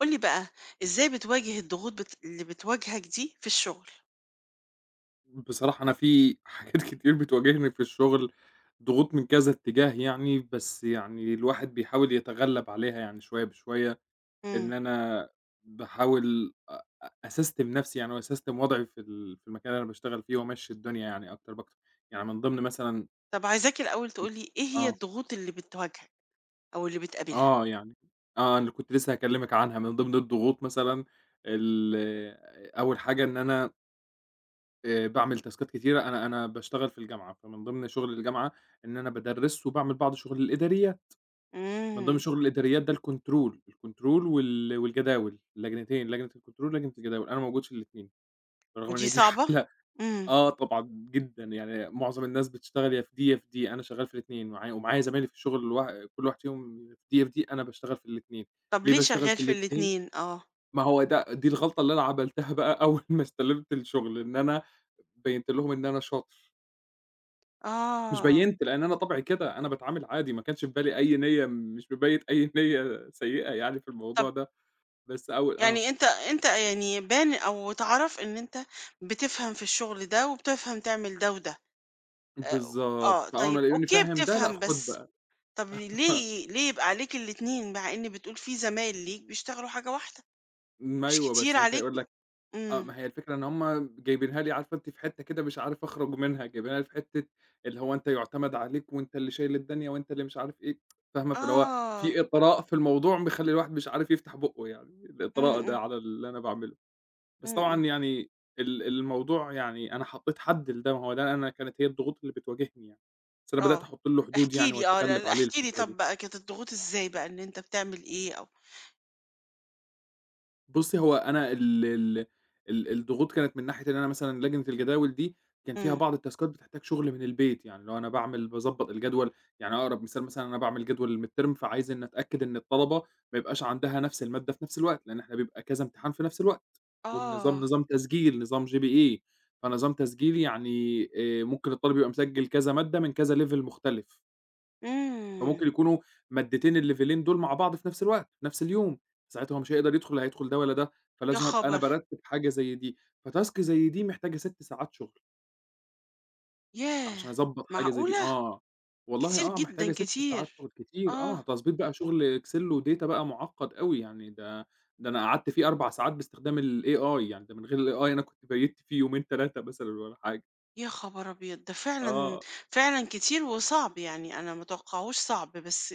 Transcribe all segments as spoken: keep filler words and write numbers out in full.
قُل لي بقى، إزاي بتواجه الضغوط بت اللي بتواجهك دي في الشغل؟ بصراحة أنا في حاجات كتير بتواجهني في الشغل، ضغوط من كذا اتجاه يعني، بس يعني الواحد بيحاول يتغلب عليها يعني شوية بشوية، إمم. إن أنا باحاول أ أ أسستم نفسي يعني وأسستم وضعي في ال في المكان اللي أنا باشتغل فيه وأمشّي الدنيا يعني أكتر باكتر، يعني من ضمن مثلًا طَب عايزاك الأول تقول لي إيه هي آه، الضغوط اللي بتواجهك أو اللي بتقابلها؟ آه يعني آه، أنا كنت لسه هاكلمِك عنها، من ضمن الضغوط مثلًا ال أول حاجة إن أنا آآ باعمل تاسكات كتيرة، أنا أنا باشتغل في الجامعة، فمن ضمن شغل الجامعة إن أنا بادرّس وباعمل بعض شغل الإداريات، من ضمن إمم. شغل الإداريات ده الكنترول، الكنترول وال والجداول، اللجنتين، لجنة الكنترول ولجنة الجداول، أنا موجود في الاتنين، برغم ودي إن دي صعبة؟ حالة إمم. آه طبعًا جدًا، يعني معظم الناس بتشتغل يا في دي يا في دي، أنا شغال في الاتنين، معايا ومعايا زمايلي في الشغل الوا كل واحد فيهم في دي، يا في دي، أنا باشتغل في الاتنين، طَب ليه ليه باشتغل شغّال في في الاتنين؟ الاتنين؟ آه. ما هو ده دي الغلطة اللي أنا عملتها بقى أول ما استلمت الشغل، إن أنا بيّنت لهم إن أنا شاطر. مش آه. بيّنت، لإن أنا طبعي كده، أنا باتعامل عادي، ما كانش في بالي أي نيّة مش مبيّت أي نيّة سيئة يعني في طَب الموضوع ده، بس أول آه، يعني أنت أنت يعني باين أو اتعرف إن أنت بتفهم في الشغل ده وبتفهم تعمل ده وده. آآ بالضبط، آه. فأول ما طيب يلاقوني أوكي فاهم ده، لأ بتفهم خُد بس، بقى طَب ليه ليه يبقى عليك الاتنين مع إن بتقول في زمايل ليك بيشتغلوا حاجة واحدة؟ ما مش أيوه، كتير بس أنت عليك؟ يقول لك آه، إمم. ما هي الفكرة إن هُم جايبينها لي عارفة أنتِ في حتّة كده مش عارف أخرج منها، جايبينها لي في حتّة اللي هو أنت يُعتمد عليك وأنت اللي شايل الدنيا وأنت اللي مش عارف إيه، فاهمة؟ فاللي هو آه. في إطراء في الموضوع مخلّي الواحد مش عارف يفتح بُقّه يعني، إمم، الإطراء إمم، ده على اللي أنا باعمله. إمم، بس إمم. طبعًا يعني ال الموضوع يعني أنا حطّيت حد لده، ما هو ده أنا كانت هي الضغوط اللي بتواجهني يعني، بس أنا بدأت آه. أحُط له حدود احكِ يعني لي آه. لأ، وأتغلّب لأ، عليه احكِ لي الفترة طَب دي. بقى كانت الضغوط إزاي بقى إن أنت بتعمل إيه أو بُصّي، هو أنا ال ال ال الضغوط كانت من ناحية إن أنا مثلًا لجنة الجداول دي، كان فيها إمم. بعض التاسكات بتحتاج شغل من البيت، يعني اللي هو أنا باعمل باضبّط الجدول، يعني أقرب مثال مثلًا أنا باعمل جدول الmidterm فعايز إني أتأكد إن الطلبة ما يبقاش عندها نفس المادة في نفس الوقت، لإن إحنا بيبقى كذا امتحان في نفس الوقت، والنظام آه. نظام تسجيل، نظام جي بي إيه فنظام تسجيل يعني آآ ممكن الطالب يبقى مسجّل كذا مادة من كذا level مختلف. إمم. فممكن يكونوا مدّيتين الليفلين دول مع بعض في نفس الوقت، في نفس اليوم، ساعتها هو مش هيقدر يدخل لا هيدخل ده ولا ده، يا فلازم أبقى أنا خبر! بارتّب حاجة زي دي، فتاسك زي دي محتاجة ستة ساعات شغل عشان ياه! أضبّط حاجة زي دي معقولة! آه، والله كتير آه، محتاجة جدًا، ستة ساعات كتير. شغل كتير آه. آه، تضبيط بقى شغل Excel وdata بقى معقّد أوي يعني ده ده أنا قعدت فيه أربع ساعات باستخدام الAI يعني ده من غير الAI أنا كنت بيّتّ فيه يومين تلاتة مثلًا والّا حاجة، يا خبر أبيض! ده فعلًا آه. فعلًا كتير وصعب، يعني أنا ما اتوقّعهوش صعب، بس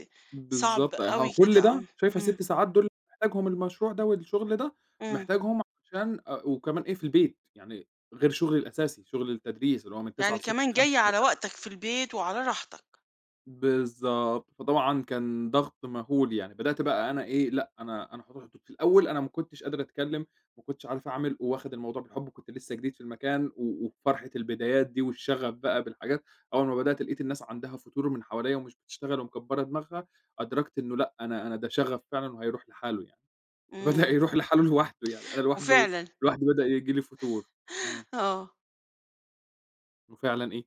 صعب بالضبط، ه أوي كل كده آه. ده شايفة إمم، ستة ساعات دول محتاجهم المشروع ده والشغل ده، إمم. محتاجهم عشان آآ وكمان إيه، في البيت، يعني غير شغلي الأساسي، شغل التدريس اللي هو من تسعة يعني كمان ل17:الخامسة جاي على وقتك في البيت وعلى راحتك. بالضبط، فطبعًا كان ضغط مهول يعني، بدأت بقى أنا إيه، لأ أنا أنا هاروح الدك في الأول أنا ما كنتش قادر أتكلّم، ما كنتش عارف أعمل، وواخد الموضوع بالحُب، كنت لسه جديد في المكان و وفرحة البدايات دي والشغف بقى بالحاجات، أول ما بدأت لقيت الناس عندها فتور من حواليّا ومش بتشتغل ومكبّرة دماغها، أدركت إنه لأ، أنا أنا ده شغف فعلًا وهيروح لحاله يعني، فبدأ إمم. يروح لحاله لوحده يعني، أنا لوحده وفعلًا. لوحدي بدأ ييجي لي فتور، آه، آه. وفعلًا إيه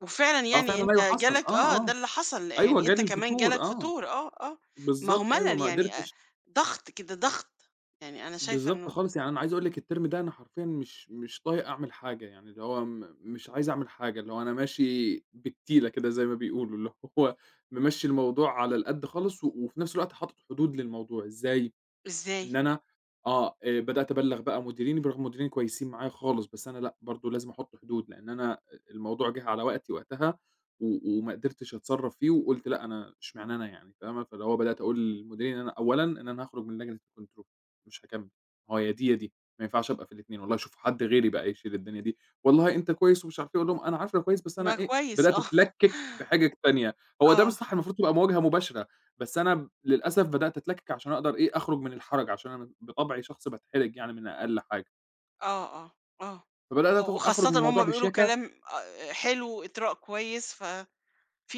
وفعلًا آه، يعني فعلًا أنت أيوه حصل، جالك آه، آه، ده آه، اللي حصل، أيوه يعني أنت جالي كمان الفتور، جالك آه. فطور آه، آه، ما هو بالضبط أيوه، ملل ما يعني آآ، قدرتش ضغط كده، ضغط، يعني أنا شايفة بالضبط إنه خالص، يعني أنا عايز أقول لِك الترم ده أنا حرفيًا مش مش طايق أعمل حاجة، يعني اللي هو م مش عايز أعمل حاجة، اللي هو أنا ماشي بالتيلة كده زي ما بيقولوا، اللي هو ممشّي الموضوع على القد خالص، و وفي نفس الوقت حاطط حدود للموضوع، إزاي؟ إزاي؟ إن أنا آه، آآ بدأت أبلّغ بقى مديريني برغم مديريني كويسين معايا خالص، بس أنا لأ، برضه لازم أحُط حدود، لإن أنا الموضوع جِه على وقتي وقتها و وما قدرتش أتصرّف فيه وقُلت لأ، أنا إشمعنى أنا يعني فاهمة؟ فاللي هو بدأت أقول للمديرين إن أنا أولًا إن أنا هاخرج من لجنة الكنترول، مش هاكمّل، هو يا دي، يا دي، ما ينفعش أبقى في الاتنين، والله شوفوا حد غيري بقى يشيل الدنيا دي، والله أنت كويس ومش عارف إيه، أقول لهم أنا عارف أنا كويس بس ما أنا إيه، كويس بدأت آه، أتلكِّك بحجج تانية، هو ده مش آه، صح المفروض تبقى مواجهة مباشرة. بس أنا ب للأسف بدأت أتلكِّك عشان أقدر إيه، أخرُج من الحَرَج، عشان أنا بطبعي شخص باتحرج يعني من أقل حاجة، آه، آه، آه، فبدأت أت أخرُج وخاصةً من الموضوع وهُم بيقولوا بشياكة، كلام آآ، حلو وإطراء كويس، ففي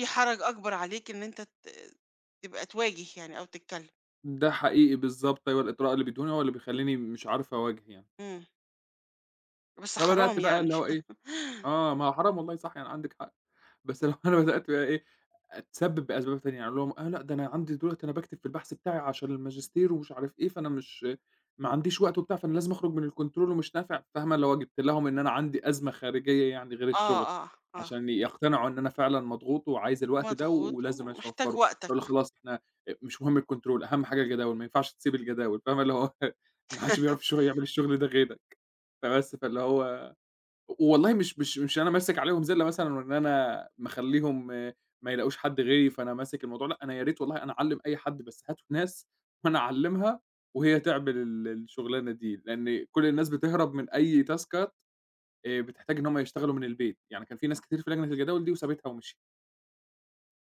حرج أكبر عليك إن أنت ت تبقى تواجه يعني أو تتكلم، ده حقيقي بالضبط أيوه، الإطراء اللي بيدّوني هو اللي بيخلّيني مش عارف أواجه يعني، إمم، بس فبدأت حرام بقى يعني، اللي هو إيه آه، ما هو حرام والله صح يعني عندِك حق، بس اللي هو أنا بدأت بقى إيه، تسبب بأسباب تانية، يعني أقول لهم آه لأ ده أنا عندي دلوقتي أنا باكتب في البحث بتاعي عشان الماجستير ومش عارف إيه، فأنا مش ما عنديش وقت وبتاع، فأنا لازم أخرج من الcontrol ومش نافع، فاهمة؟ اللي هو جبت لهم إن أنا عندي أزمة خارجية يعني غير آه، الشغل، آه، آه، عشان يقتنعوا إن أنا فعلًا مضغوط وعايز الوقت ده مضغوط ولازم أش ومحتاج أوفّره، فأقول له وقتك، خلاص إحنا أ مش مهم الcontrol أهم حاجة الجداول، ما ينفعش تسيب الجداول، فاهمة؟ اللي هو ما حدش بيعرف الشغل يعمل الشغل ده غيرك، فبس فاللي هو والله مش مش مش أنا ماسك عليهم زِلّة مثلًا وإن أنا مخلّيهم آه، ما يلاقوش حد غيري فأنا ماسك الموضوع، لأ، أنا يا ريت والله أنا أعلّم أي حد، بس هاتوا ناس وأنا أعلّمها وهي تعمل ال الشغلانة دي، لإن كل الناس بتهرب من أي تاسكات آآ بتحتاج إن هم يشتغلوا من البيت، يعني كان في ناس كتير في لجنة الجداول دي وسابتها ومشيت.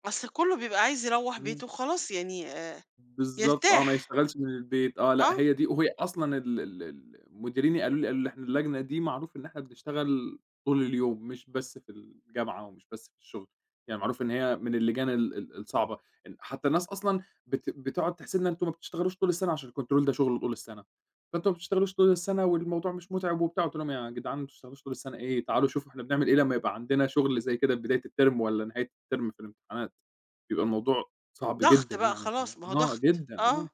أصل كله بيبقى عايز يروّح بيته وخلاص يعني بالضبط آه، ما يرتاح، يشتغلش من البيت آه، آه، لأ هي دي وهي أصلًا ال ال ال مديريني قالوا لي قالوا لي: "إحنا اللجنة دي معروف إن إحنا بنشتغل طول اليوم، مش بس في الجامعة ومش بس في الشغل." يعني معروف إن هي من اللجان ال ال الصعبة، إن حتى الناس أصلًا بت بتقعد تحسدنا أنتم ما بتشتغلوش طول السنة عشان الكنترول ده شغله طول السنة، فأنتم ما بتشتغلوش طول السنة والموضوع مش متعب وبتاع، قُلت لهم: "يا جدعان ما بتشتغلوش طول السنة إيه، تعالوا شوفوا إحنا بنعمل إيه لمّا يبقى عندنا شغل زي كده بداية الترم والّا نهاية الترم في الامتحانات." بيبقى الموضوع صعب ضغط جدًا بقى يعني خلاص، ما هو آه ضغط، جدًا، آه، آه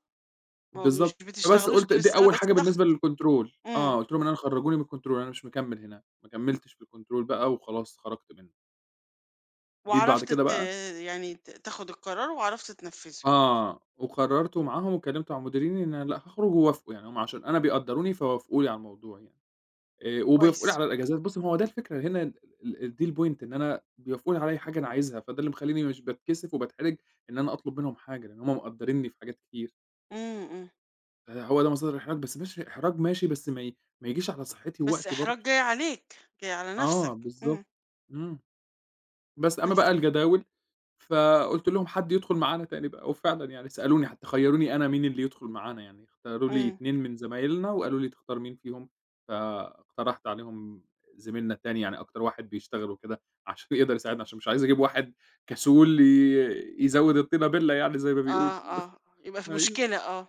ما هو مش بالضبط، فبس بتشتغلوش قُلت طول دي السنة أول بس حاجة بالنسبة ضغط، للكنترول، إمم، آه، قُلت لهم إن أنا خرّجوني من الكنترول أنا مش مكمّل هنا، ما كمّلتش في الكنترول بقى وخلاص خرجت منه، جيت بعد وعرفت كده ت بقى يعني ت تاخد القرار وعرفت تنفّذه، آه، وقررت ومعاهم واتكلمت مع مديريني إن أنا لأ هاخرج ووافقوا، يعني هُم عشان أنا بيقدّروني فوافقوا لي على الموضوع يعني، آآ وبيوافقوا لي كويس، على الأجازات، بُص ما هو ده الفكرة هنا ال ال دي الpoint إن أنا بيوافقوا لي على أي حاجة أنا عايزها، فده اللي مخلّيني مش باتكسف وباتحرج إن أنا أطلب منهم حاجة، لإن هُم مقدّرينّي في حاجات كتير. إمم، إمم، آآ هو ده مصدر الإحراج، بس ماشي إحراج ماشي، بس ما ي ما يجيش على صحّتي بس ووقتي إحراج برضه. جاي عليك، جاي على آه نفْسك، إمم، بالضبط. إمم. بس أمّا كويس، بقى الجداول، فقُلت لهم حد يدخل معانا تاني بقى، وفعلًا يعني سألوني حتى خيّروني أنا مين اللي يدخل معانا يعني، اختاروا لي إمم، اتنين من زمايلنا وقالوا لي تختار مين فيهم، فاقترحت عليهم زميلنا التاني يعني أكتر واحد بيشتغل وكده، عشان يقدر يساعدنا، عشان مش عايز أجيب واحد كسول ي يزوّد الطينة بِلّة يعني زي ما بيقولوا. آه، آه، يبقى في أيوه. مشكلة آه،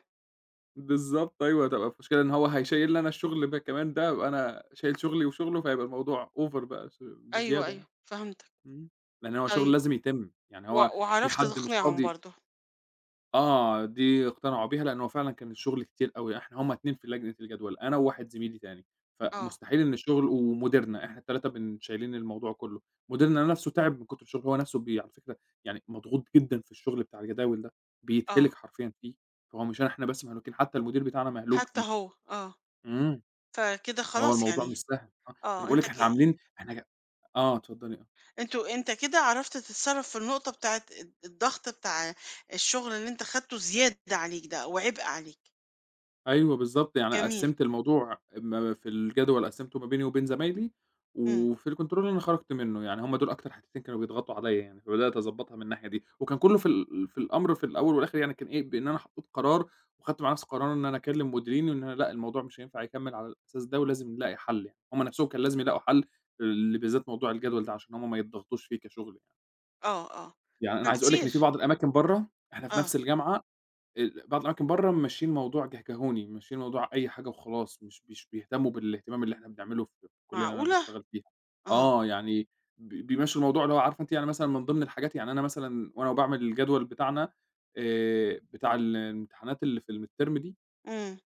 بالضبط أيوه، هتبقى المشكلة إن هو هيشيّل لي أنا الشغل ب كمان ده، أبقى أنا شايل شغلي وشغله، فهيبقى الموضوع over بقى ش أيوه، بزيادة أيوه، يعني، فهمتك، إمم، لإن هو شغل طيب لازم يتم، يعني و هو في وعرفت حد مش تقنعهم فاضي برضه، آه، دي اقتنعوا بيها لأن هو فعلًا كان الشغل كتير أوي، إحنا هُم اتنين في لجنة الجدول، أنا وواحد زميلي تاني، آه، فمستحيل إن الشغل ومديرنا، إحنا ال3 بن شايلين الموضوع كله، مديرنا نفسه تعب من كتر الشغل، هو نفسه بي على فكرة يعني مضغوط جدًا في الشغل بتاع الجداول ده، آه، بيتهلك حرفيًا فيه، فهو مش أنا إحنا بس مهلوكين، حتى المدير بتاعنا مهلوك حتى فيه. هو، آه، إمم، فكده فهو خلاص الموضوع يعني مش سهل، آه، أنا آه، باقول أنت لِك ك إحنا عاملين إحنا ج آه، اتفضلي آه، أنتوا أنت كده عرفت تتصرّف في النقطة بتاعة الض الضغط بتاع الشغل اللي أنت خدته زيادة عليك ده أو عبء عليك، أيوه بالضبط، يعني جميل، قسّمت الموضوع ما في الجدول قسّمته ما بيني وبين زمايلي، إمم، وفي الcontrol أنا خرجت منه، يعني هُم دول أكتر حاجتين كانوا بيضغطوا عليَّ يعني، فبدأت أضبّطها من الناحية دي، وكان كلّه في ال في الأمر في الأول والآخر يعني كان إيه، بإن أنا حطيت قرار وخدت مع نفسي قرار إن أنا أكلّم مديريني وإن أنا لأ، الموضوع مش هينفع يكمّل على الأساس ده ولازم نلاقي حل يعني، هُم نفسهم كان لازم يلاقوا حل ل بالذات موضوع الجدول ده عشان هُم ما يتضغطوش فيه كشغل يعني. آه، آه، يعني أنا عايز أقول لِك إن في فكتير، بعض الأماكن برّه، إحنا في آه، نفس الجامعة ال بعض الأماكن برّه ممشّيين الموضوع جهجهوني، ممشّيين الموضوع أي حاجة وخلاص، مش مش بيهتموا بالاهتمام اللي إحنا بنعمله في الكلية اللي أنا معقولة! باشتغل فيها. آه، آه، يعني ب بيمشّوا الموضوع اللي هو عارفة أنتِ، يعني مثلًا من ضمن الحاجات، يعني أنا مثلًا وأنا باعمل الجدول بتاعنا، آآ، بتاع ال الامتحانات اللي في الmidterm دي، إمم،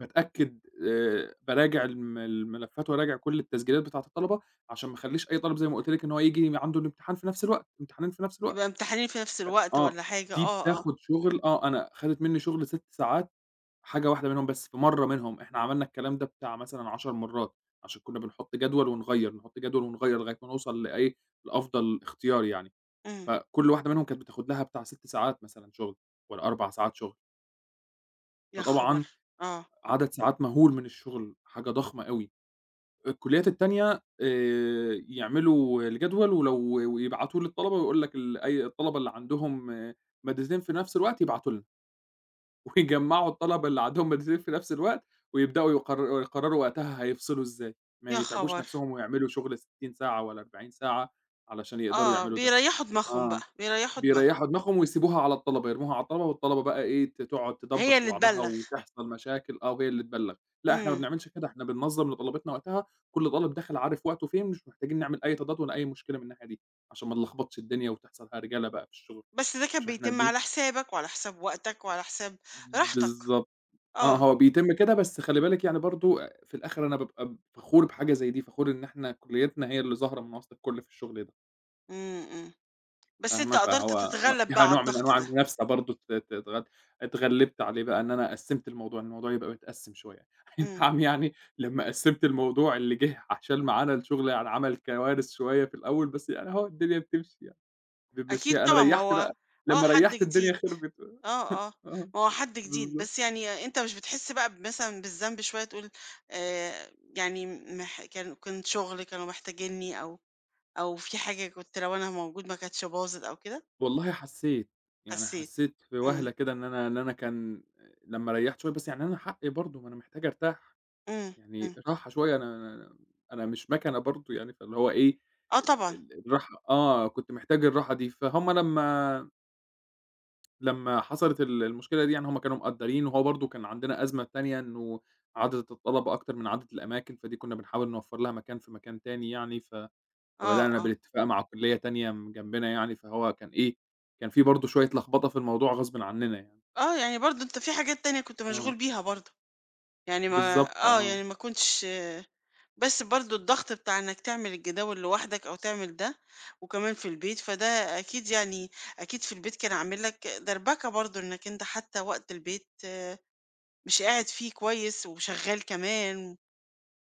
باتأكد، آآ، باراجع الم الملفات وأراجع كل التسجيلات بتاعة الطلبة، عشان ما اخلّيش أي طالب زي ما قُلت لِك إن هو ييجي م عنده الامتحان في نفس الوقت، امتحانين في نفس الوقت. يبقى امتحانين في نفس الوقت آه، والّا حاجة، دي آه، آه، بتاخد شغل، آه، أنا خدت منّي شغل ستة ساعات، حاجة واحدة منهم بس في مرّة منهم، إحنا عملنا الكلام ده بتاع مثلًا عشر مرّات، عشان كنّا بنحُط جدول ونغيّر، نحُط جدول ونغيّر لغاية ما نوصل لإيه، لأفضل اختيار يعني، إمم، فكل واحدة منهم كانت بتاخد لها بتاع ستة ساعات مثلًا شغل والّا أربع ساعات شغل، يا خبر! فطبعًا آه، عدد ساعات مهول من الشغل، حاجة ضخمة أوي. الكليات التانية، آآ، يعملوا الجدول ولو ويبعتوه للطلبة، ويقول لك ال أي الطلبة اللي عندهم مادتين في نفْس الوقت يبعتوا لنا. ويجمّعوا الطلبة اللي عندهم ماجستير في نفس الوقت، ويبدأوا يقرر يقرروا وقتها هيفصلوا إزاي، ما يا يتعبوش خبر! نفسهم ويعملوا شغل ستين ساعة والّا أربعين ساعة علشان يقدروا آه، يعملوا ده. بيريّحوا دماغهم آه، بقى، بيريّحوا دماغهم، بيريّحوا دماغهم ويسيبوها على الطلبة، يرموها على الطلبة والطلبة بقى إيه، ت تقعد هي تدبّش في اللي بعضها تبلّغ، وتحصل مشاكل، آه، وهي اللي تبلّغ. لأ، إحنا ما إمم، بنعملش كده، إحنا بننظّم لطلبتنا وقتها، كل طالب داخل عارف وقته فين، مش محتاجين نعمل أي تضاد ولا أي مشكلة من الناحية دي، عشان ما نلخبطش الدنيا وتحصل هرجلة بقى في الشغل، بس ده كان عشان إحنا بيتم دي على حسابك وعلى حساب وقتك وعلى حساب راحتك، بالضبط. آه، آه، هو بيتم كده، بس خلّي بالِك يعني برضه، آآ، في الآخر أنا بابقى فخور بحاجة زي دي، فخور إن إحنا كُلّيتنا هي اللي ظاهرة من وسط الكل في الشغل ده، إمم، إمم. بس أنت فاهمة؟ قدرت فهو آه، تتغلب فيها بقى على نوع من الضغط أنواع ده، المنافسة برضه، ت ت اتغ اتغلِّبت عليه بقى إن أنا قسِّمت الموضوع، الموضوع يبقى متقسِّم شوية. أي إمم، نعم، يعني لمّا قسِّمت الموضوع اللي جِه عشان معانا الشغل يعني عمل كوارث شوية في الأول، بس يعني أهو الدنيا بتمشي يعني، أكيد بنمشّيها، أنا طبعًا ما ريّحت هو بقى، آه لمّا حد ريّحت الدنيا جديد، خربت، آه، آه، آه، ما هو حد جديد، بالضبط. بس يعني أنت مش بتحس بقى ب مثلًا بالذنب شوية تقول آآ، يعني مح كان كنت شغل كانوا محتاجينّي أو أو في حاجة كنت لو أنا موجود ما كانتش باظت أو كده، والله حسّيت، يعني حسيت؟ حسّيت في إمم، وهلة كده إن أنا إن أنا كان لمّا ريّحت شوية، بس يعني أنا حقّي برضه، ما أنا محتاج أرتاح، إمم، يعني إمم، راحة شوية، أنا أنا أنا مش مَكَنة برضه يعني، فاللي هو إيه آه ال طبعًا، ال الراحة آه، كنت محتاج الراحة دي، فهُم لمّا لمّا حصلت ال المشكلة دي يعني، هُم كانوا مقدّرين، وهو برضه كان عندنا أزمة تانية إنه عدد الطلبة أكتر من عدد الأماكن، فدي كنا بنحاول نوفّر لها مكان في مكان تاني يعني، ف آه، فبدأنا آه، بالاتفاق مع كلية تانية م جنبنا يعني، فهو كان إيه، كان في برضه شوية لخبطة في الموضوع غصبٍ عننا يعني. آه، يعني برضه أنت في حاجات تانية كنت مشغول آه، بيها برضه، يعني ما بالضبط، آه، آه، يعني ما كنتش بس برضه الضغط بتاع إنك تعمل الجداول لوحدك أو تعمل ده وكمان في البيت فده أكيد يعني أكيد في البيت كان عامل لك دربكة برضه إنك أنت حتى وقت البيت آه، مش قاعد فيه كويس وشغال كمان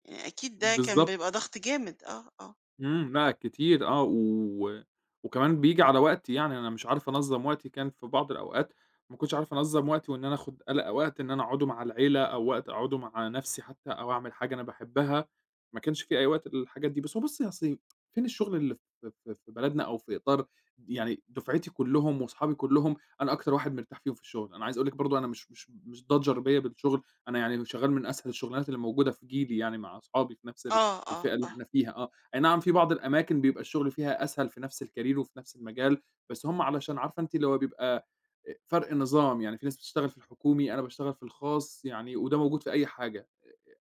يعني أكيد ده كان بالضبط. بيبقى ضغط جامد اه اه إمم، لأ كتير، آه، و وكمان بييجي على وقتي يعني، أنا مش عارف أنظّم وقتي، كان في بعض الأوقات ما كنتش عارف أنظّم وقتي، وإن أنا آخُد ألا وقت إن أنا أقعده مع العيلة أو وقت أقعده مع نَفْسي حتى أو أعمل حاجة أنا باحبها، ما كانش في أي وقت للحاجات دي، بس هو بُصّي أصل فين الشغل اللي في في في بلدنا أو في إطار، يعني دُفعتي كُلّهم وأصحابي كُلّهم، أنا أكتر واحد مرتاح فيهم في الشغل، أنا عايز أقول لِك برضه أنا مش مش مش ضجّة رِبِيّة بالشغل، أنا يعني شغّال من أسهل الشغلانات اللي موجودة في جيلي يعني مع أصحابي في نَفْس ال اه اه الفئة اللي اه إحنا فيها، آه. أي نعم، في بعض الأماكن بيبقى الشغل فيها أسهل في نفس الcareer وفي نفس المجال، بس هم علشان عارفة أنتِ اللي هو بيبقى آآ فرق نظام، يعني في ناس بتشتغل في الحكومي، أنا باشتغل في الخاص، يعني وده موجود في أي حاجة،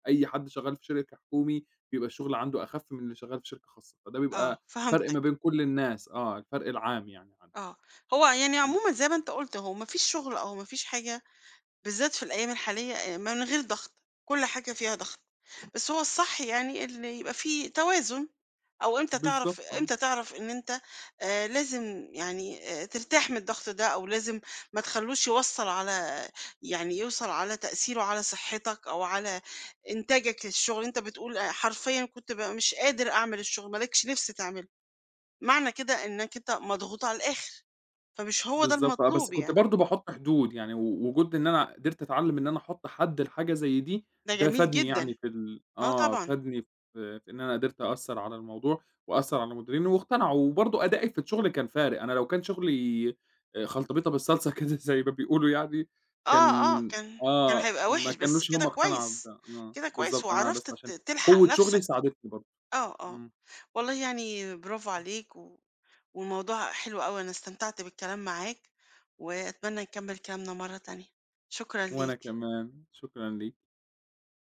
أي حد شغال في شركة حكومي بيبقى الشغل عنده أخَف من اللي شغال في شركة خاصة، فده اه بيبقى فرق ما فهمتك. بين كل الناس، آه، الفرق العام يعني عندنا. اه هو يعني إمم، عموما زي ما انت قلت هو مفيش شغل او مفيش حاجة بالذات في الأيام الحالية آآ من غير ضغط، كل حاجة فيها ضغط، بس هو الصح يعني إن يبقى في توازن، أو إمتى بالضبط، تعرف آه. إمتى تعرف إن أنت آآ لازم يعني آآ ترتاح من الضغط ده، أو لازم ما تخلّوش يوصّل على يعني يوصل على تأثيره على صحتك أو على إنتاجك للشغل، أنت بتقول آآ حرفيًا كنت بابقى مش قادر أعمل الشغل، ما لكش نِفْس تعمله، معنى كده إنك أنت مضغوط على الآخر، فمش هو ده بالضبط، آه، بس المطلوب كنت يعني، برضه باحُط حدود، يعني و وجود إن أنا قدرت أتعلّم إن أنا أحُط حد لحاجة زي دي، ده ده جميل فادني جدًا، يعني في ال آه آه، طبعًا. فادني في في إن أنا قدرت أأثّر على الموضوع وأأثّر على مديريني واقتنعوا، وبرضه أدائي في الشغل كان فارق، أنا لو كان شغلي آآ خلطبيطة بالصلصة كده زي ما بيقولوا يعني، آه، آه، كان كان كان آه، هيبقى ما وِحِش، بس كانوش هم كده اقتنعوا كويس، بده، آه، كده كويس بالضبط، أنا وعرفت بس ت عشان تلحق قوة شغلي نَفْسك. ساعدتني برضه، آه، آه. إمم، والله يعني برافو عليك و والموضوع حلو أوي، أنا استمتعت بالكلام معاك وأتمنى نكمّل كلامنا مرّة تانية. شكرًا وأنا ليك. كمان، شكرًا ليك.